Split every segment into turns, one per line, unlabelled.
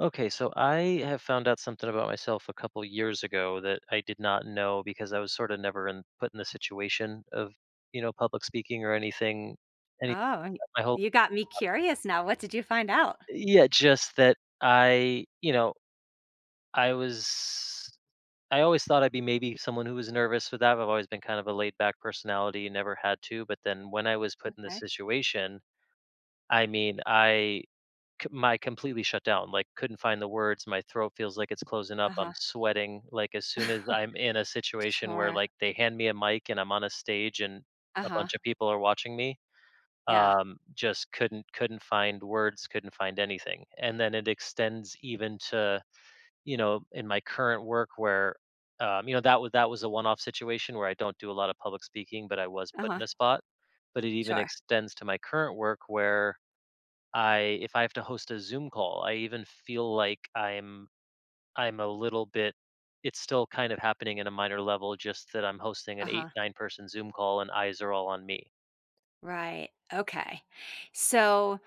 Okay, so I have found out something about myself a couple years ago that I did not know because I was sort of never in put in the situation of, you know, public speaking or anything any
Oh, and
my whole
you got me curious now. What did you find out?
yeah, just that I, you know, I was I always thought I'd be maybe someone who was nervous with that. I've always been kind of a laid back personality, never had to, but then when I was put in this
Okay.
situation, I mean, my completely shut down, like couldn't find the words, my throat feels like it's closing up,
Uh-huh.
I'm sweating, like as soon as I'm in a situation where
Sure.
like they hand me a mic and I'm on a stage and a
Uh-huh.
bunch of people are watching me,
Yeah.
just couldn't find words, couldn't find anything, and then it extends even to, you know, in my current work where you know, that was a one off situation where I don't do a lot of public speaking, but I was put
Uh-huh.
in a spot. But it even
Sure.
extends to my current work where I if I have to host a Zoom call, I even feel like I'm a little bit it's still kind of happening in a minor level, just that I'm hosting an 8
Uh-huh.
9 person Zoom call and eyes are all on me.
Right. Okay. So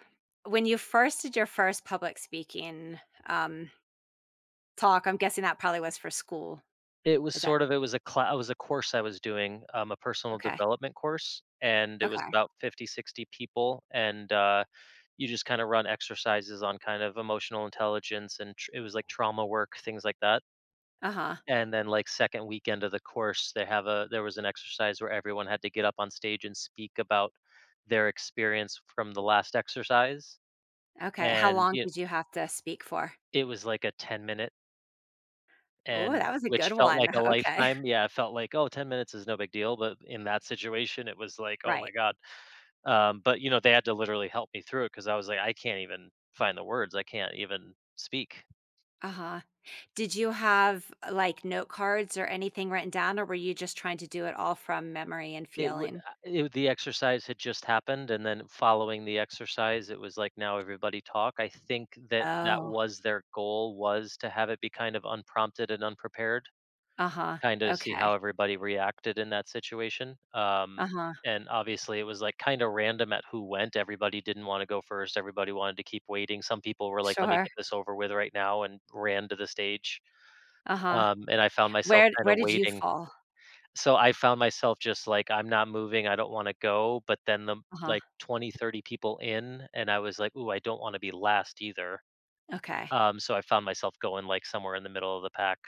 when you first did your first public speaking um talk, I'm guessing that probably was for school.
It was
Is that
sort of it was it was a course I was doing, a personal
okay.
development course, and it was
Okay.
about 50 60 people and you just kind of run exercises on kind of emotional intelligence and it was like trauma work, things like that.
Uh-huh.
And then, like, second weekend of the course, they have a there was an exercise where everyone had to get up on stage and speak about their experience from the last exercise,
Okay. How
and
long
y
did you have to speak for?
it was like a 10 minute
Oh,
and
that was a
which
good
felt
one.
like a
Okay.
lifetime. Yeah, it felt like, "Oh, 10 minutes is no big deal," but in that situation, it was like, "Oh my
Right.
god." But, you know, they had to literally help me through it because I was like, "I can't even find the words. I can't even speak."
Uh-huh. Did you have, like, note cards or anything written down, or were you just trying to do it all from memory and feeling?
It the exercise had just happened, and then following the exercise, it was like, now everybody talk. I think that that
Oh,
was their goal, was to have it be kind of unprompted and unprepared,
uh-huh,
kinda see
okay,
how everybody reacted in that situation,
uh-huh,
and obviously, it was, like, kinda random at who went. Everybody didn't wanna go first. Everybody wanted to keep waiting. Some people were like, "Let me
sure,
get this over with right now," and ran to the stage.
uh-huh.
And I found myself
Where
kinda
where did you
waiting,
fall?
so I found myself just like, "I'm not moving, I don't wanna go," but then the
Uh-huh,
like 20, 30 people in, and I was like, "Ooh, I don't wanna be last either."
okay.
So I found myself going, like, somewhere in the middle of the pack.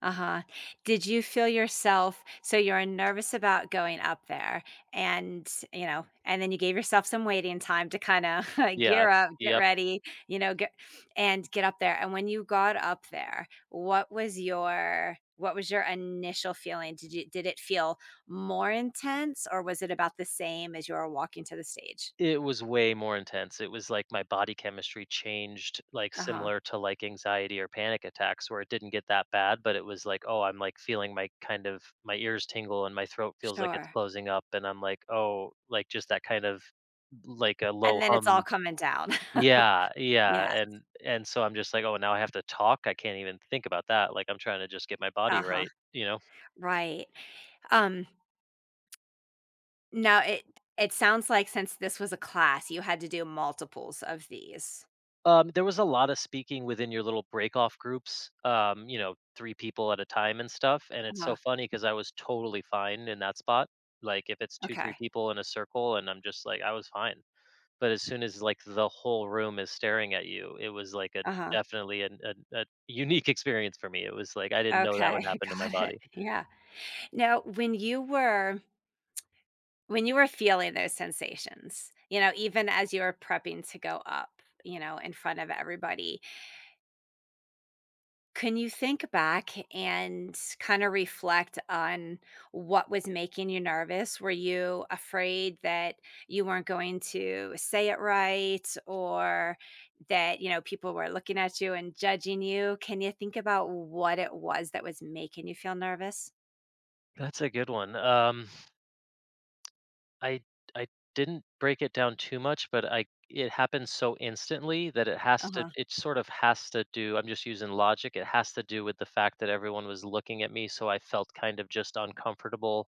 Uh-huh. Did you feel yourself, so you are nervous about going up there and, you know, and then you gave yourself some waiting time to kinda
Yeah.
gear up, get
Yep.
ready, you know, get and get up there, and when you got up there, what was your initial feeling? Did it feel more intense, or was it about the same as you were walking to the stage?
It was way more intense. It was like my body chemistry changed, like,
Uh-huh.
similar to, like, anxiety or panic attacks where it didn't get that bad, but it was like, "Oh, I'm, like, feeling my kind of my ears tingle and my throat feels like it's
Sure.
closing up," and I'm like, "Oh," like, just that kind of like a low
And then it's all
hum.
coming down.
Yeah, yeah,
Yes.
and so I'm just like, "Oh, now I have to talk? I can't even think about that." Like, I'm trying to just get my body
Uh-huh.
right, you know?
Right. Um Now it sounds like since this was a class, you had to do multiples of these.
There was a lot of speaking within your little break-off groups, you know, 3 people at a time and stuff, and it's so
Uh-huh,
funny because I was totally fine in that spot. Like, if it's 2, 3
okay.
people in a circle, and I'm just like I was fine. But as soon as, like, the whole room is staring at you, it was like a
Uh-huh.
definitely an a unique experience for me. It was like, I didn't know that would
Okay,
happen to my
got it.
body.
Yeah. Now, when you were feeling those sensations, you know, even as you were prepping to go up, you know, in front of everybody, can you think back and kind of reflect on what was making you nervous? Were you afraid that you weren't going to say it right or that, you know, people were looking at you and judging you? Can you think about what it was that was making you feel nervous?
That's a good one. I I didn't break it down too much, but I it happens so instantly that it has to
Uh-huh.
it sort of has to do I'm just using logic, it has to do with the fact that everyone was looking at me, so I felt kind of just uncomfortable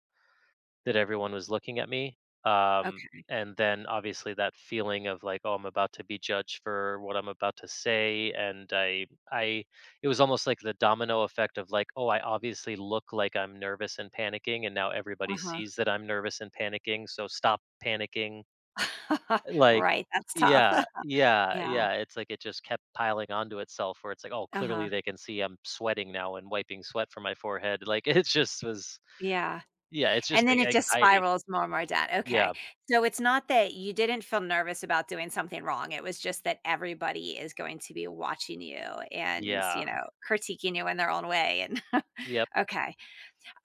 that everyone was looking at me. Um,
Okay.
and then obviously that feeling of like, oh, I'm about to be judged for what I'm about to say. I, it was almost like the domino effect of like, oh, I obviously look like I'm nervous and panicking. And now everybody
Uh-huh.
sees that I'm nervous and panicking. So stop panicking. Like,
Right, that's tough.
yeah, yeah,
Yeah.
yeah. It's like it just kept piling onto itself where it's like, oh,
Uh-huh.
clearly they can see I'm sweating now and wiping sweat from my forehead. Like, it just was,
Yeah.
yeah, it's
And
just like
then it just
anxiety.
spirals more and more down. Okay.
Yeah.
So it's not that you didn't feel nervous about doing something wrong. It was just that everybody is going to be watching you and,
Yeah.
you know, critiquing you in their own way. And
Yep.
okay.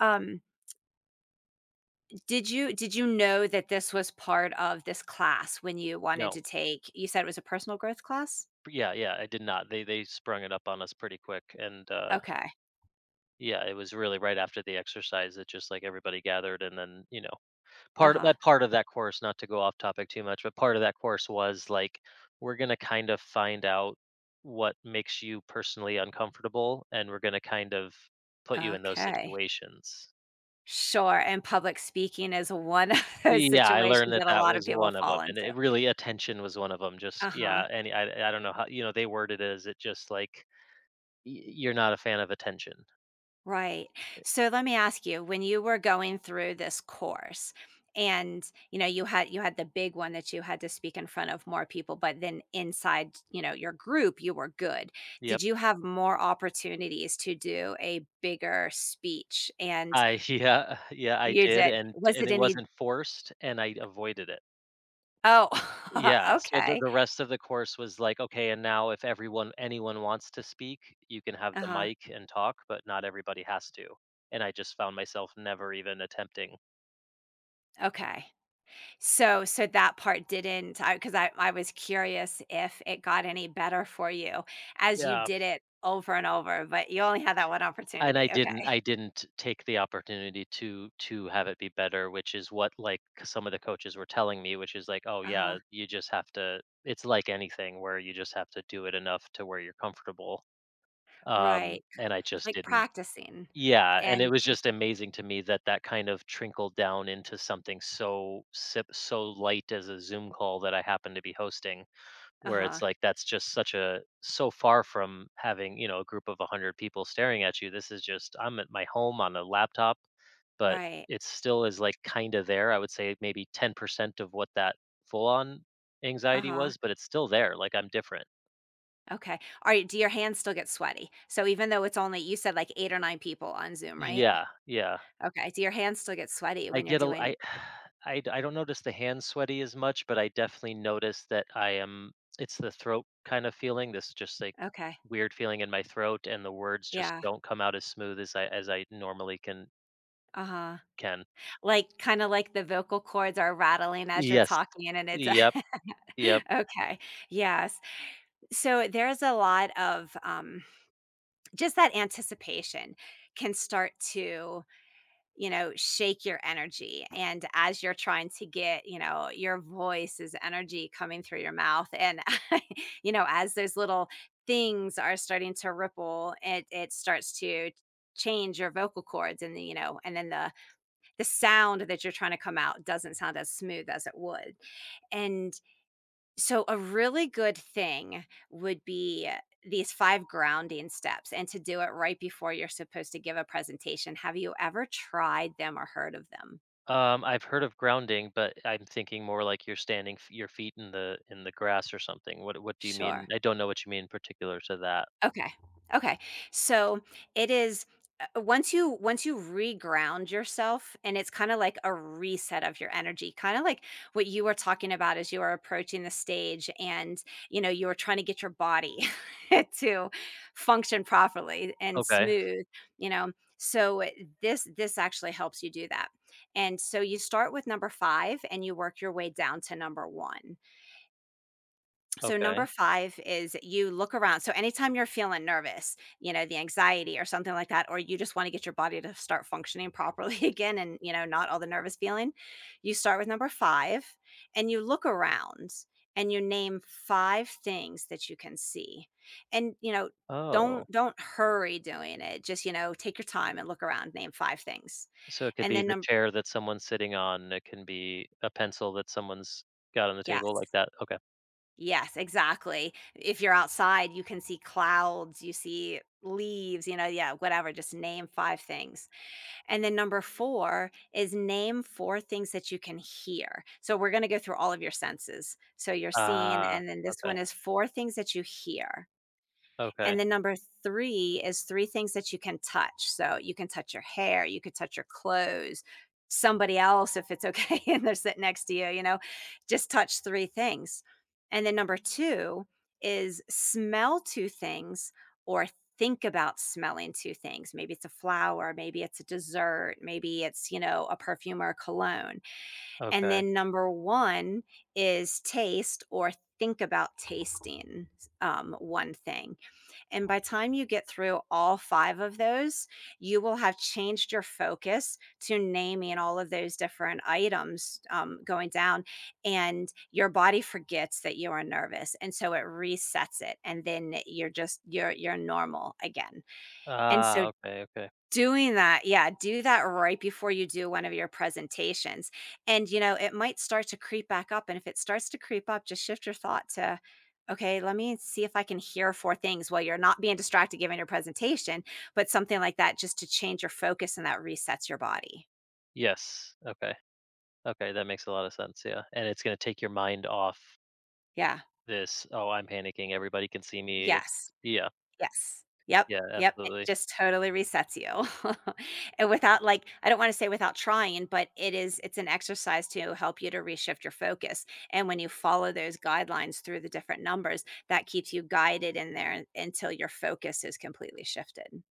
Um, did you know that this was part of this class when you wanted to
No.
take, you said it was a personal growth class?
Yeah, yeah, I did not. They sprung it up on us pretty quick, and
Okay.
yeah, it was really right after the exercise that just like everybody gathered, and then, you know,
Uh-huh.
part of that course, not to go off topic too much, but part of that course was like we're going to kind of find out what makes you personally uncomfortable, and we're going to kind of put you in those
Okay.
situations.
Sure. And public speaking is one of those
Yeah, I learned
situations
that
that a
that
lot of
was
people
one of them,
fall
and
into.
it really attention was one of them. Just
Uh-huh.
yeah, and I don't know how you know they worded it as it just like Y you're not a fan of attention.
Right. So let me ask you, when you were going through this course and, you know, you had the big one that you had to speak in front of more people, but then inside, you know, your group you were good,
Yep.
did you have more opportunities to do a bigger speech? And
I yeah, yeah, I
you
did,
did? Was
and
it
it
any—
wasn't forced, and I avoided it.
oh
Yeah, so the
okay,
the rest of the course was like, "Okay, and now if everyone anyone wants to speak, you can have the
uh-huh,
mic and talk, but not everybody has to." And I just found myself never even attempting.
okay. So so that part didn't— I, because I was curious if it got any better for you as you
Yeah.
did it over and over, but you only had that one
And
opportunity, okay.
I didn't take the opportunity to have it be better, which is what, like, some of the coaches were telling me, which is like, "Oh,
Uh-huh,
yeah, you just have to" it's like anything where you just have to do it enough to where you're comfortable,
right,
and I just
like
didn't.
practicing.
Yeah, and it
And
was just amazing to me that that kind of trickled down into something so sip so light as a Zoom call that I happened to be hosting, where it's
uh-huh,
like that's just such a so far from having, you know, a group of 100 people staring at you, this is just I'm at my home on a laptop, but
right,
it still is like kind of there. I would say maybe 10% of what that full on anxiety
uh-huh,
was, but it's still there, like I'm different.
okay. Are— do your hands still get sweaty? So even though it's only, you said, like 8 or 9 people on Zoom, right?
Yeah, yeah.
Okay, do your hands still get sweaty
I
when you're
get a I
doing—
I don't notice the hands sweaty as much, but I definitely notice that I am it's the throat kind of feeling, this just, like,
okay,
weird feeling in my throat, and the words just
yeah,
don't come out as smooth as I normally can
uh-huh.
can.
Like, kinda like the vocal cords are rattling as you're
Yes.
talking and it's a
Yep, yep.
okay. Yes. So there's a lot of just that anticipation can start to, you know, shake your energy. And as you're trying to get, you know, your voice is energy coming through your mouth. And, you know, as those little things are starting to ripple, it starts to change your vocal cords and the, you know, and then the sound that you're trying to come out doesn't sound as smooth as it would, and so a really good thing would be these five grounding steps, and to do it right before you're supposed to give a presentation. Have you ever tried them or heard of them?
I've heard of grounding, but I'm thinking more like you're standing f your feet in the grass or something. What do you mean?
Sure.
I don't know what you mean particular to that.
Okay. Okay. So it is, once you reground yourself, and it's kind of like a reset of your energy, kind of like what you were talking about as you were approaching the stage and, you know, you were trying to get your body to function properly and
Okay,
smooth, you know, so this actually helps you do that. And so you start with number 5 and you work your way down to number 1. So number
okay.
5 is you look around. So anytime you're feeling nervous, you know, the anxiety or something like that, or you just want to get your body to start functioning properly again and, you know, not all the nervous feeling, you start with number 5 and you look around and you name 5 things that you can see. And, you know,
Oh.
don't hurry doing it. Just, you know, take your time and look around, name 5 things.
So it could
And
be
then
the
number—
chair that someone's sitting on, it can be a pencil that someone's got on the
yeah.
table, like that. Okay.
Yes, exactly. If you're outside, you can see clouds, you see leaves, you know, yeah, whatever, just name 5 things. And then number 4 is name 4 things that you can hear. So we're gonna go through all of your senses. So you're seeing,
Ah,
and then this
okay.
one is 4 things that you hear.
Okay.
And then number 3 is 3 things that you can touch. So, you can touch your hair, you could touch your clothes, somebody else if it's okay and they're sitting next to you, you know? Just touch 3 things. And then number 2 is smell 2 things or think about smelling 2 things. Maybe it's a flower, maybe it's a dessert, maybe it's, you know, a perfume or a cologne. And
Okay.
then number 1 is taste or think about tasting, 1 thing. And by time you get through all 5 of those, you will have changed your focus to naming all of those different items, going down, and your body forgets that you are nervous, and so it resets it, and then you're just you're normal again. And so
Ah, okay, okay.
doing that, yeah, do that right before you do one of your presentations, and, you know, it might start to creep back up, and if it starts to creep up, just shift your thought to, "Okay, let me see if I can hear 4 things," while you're not being distracted giving your presentation, but something like that just to change your focus, and that resets your body.
Yes. Okay. Okay, that makes a lot of sense, yeah. And it's gonna take your mind off
Yeah.
this, "Oh, I'm panicking, everybody can see me." It's
Yes.
yeah.
Yes. Yep,
Yeah,
yep, it
absolutely.
just totally resets you. And without, like, I don't wanna say without trying, but it is, it's an exercise to help you to reshift your focus, and when you follow those guidelines through the different numbers, that keeps you guided in there un- until your focus is completely shifted.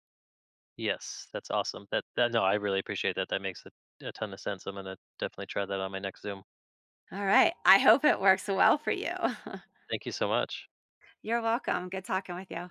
Yes, that's awesome. That that no, I really appreciate that. That makes a ton of sense. I'm gonna definitely try that on my next Zoom.
Alright, I hope it works well for you.
Thank you so much.
You're welcome, good talking with you.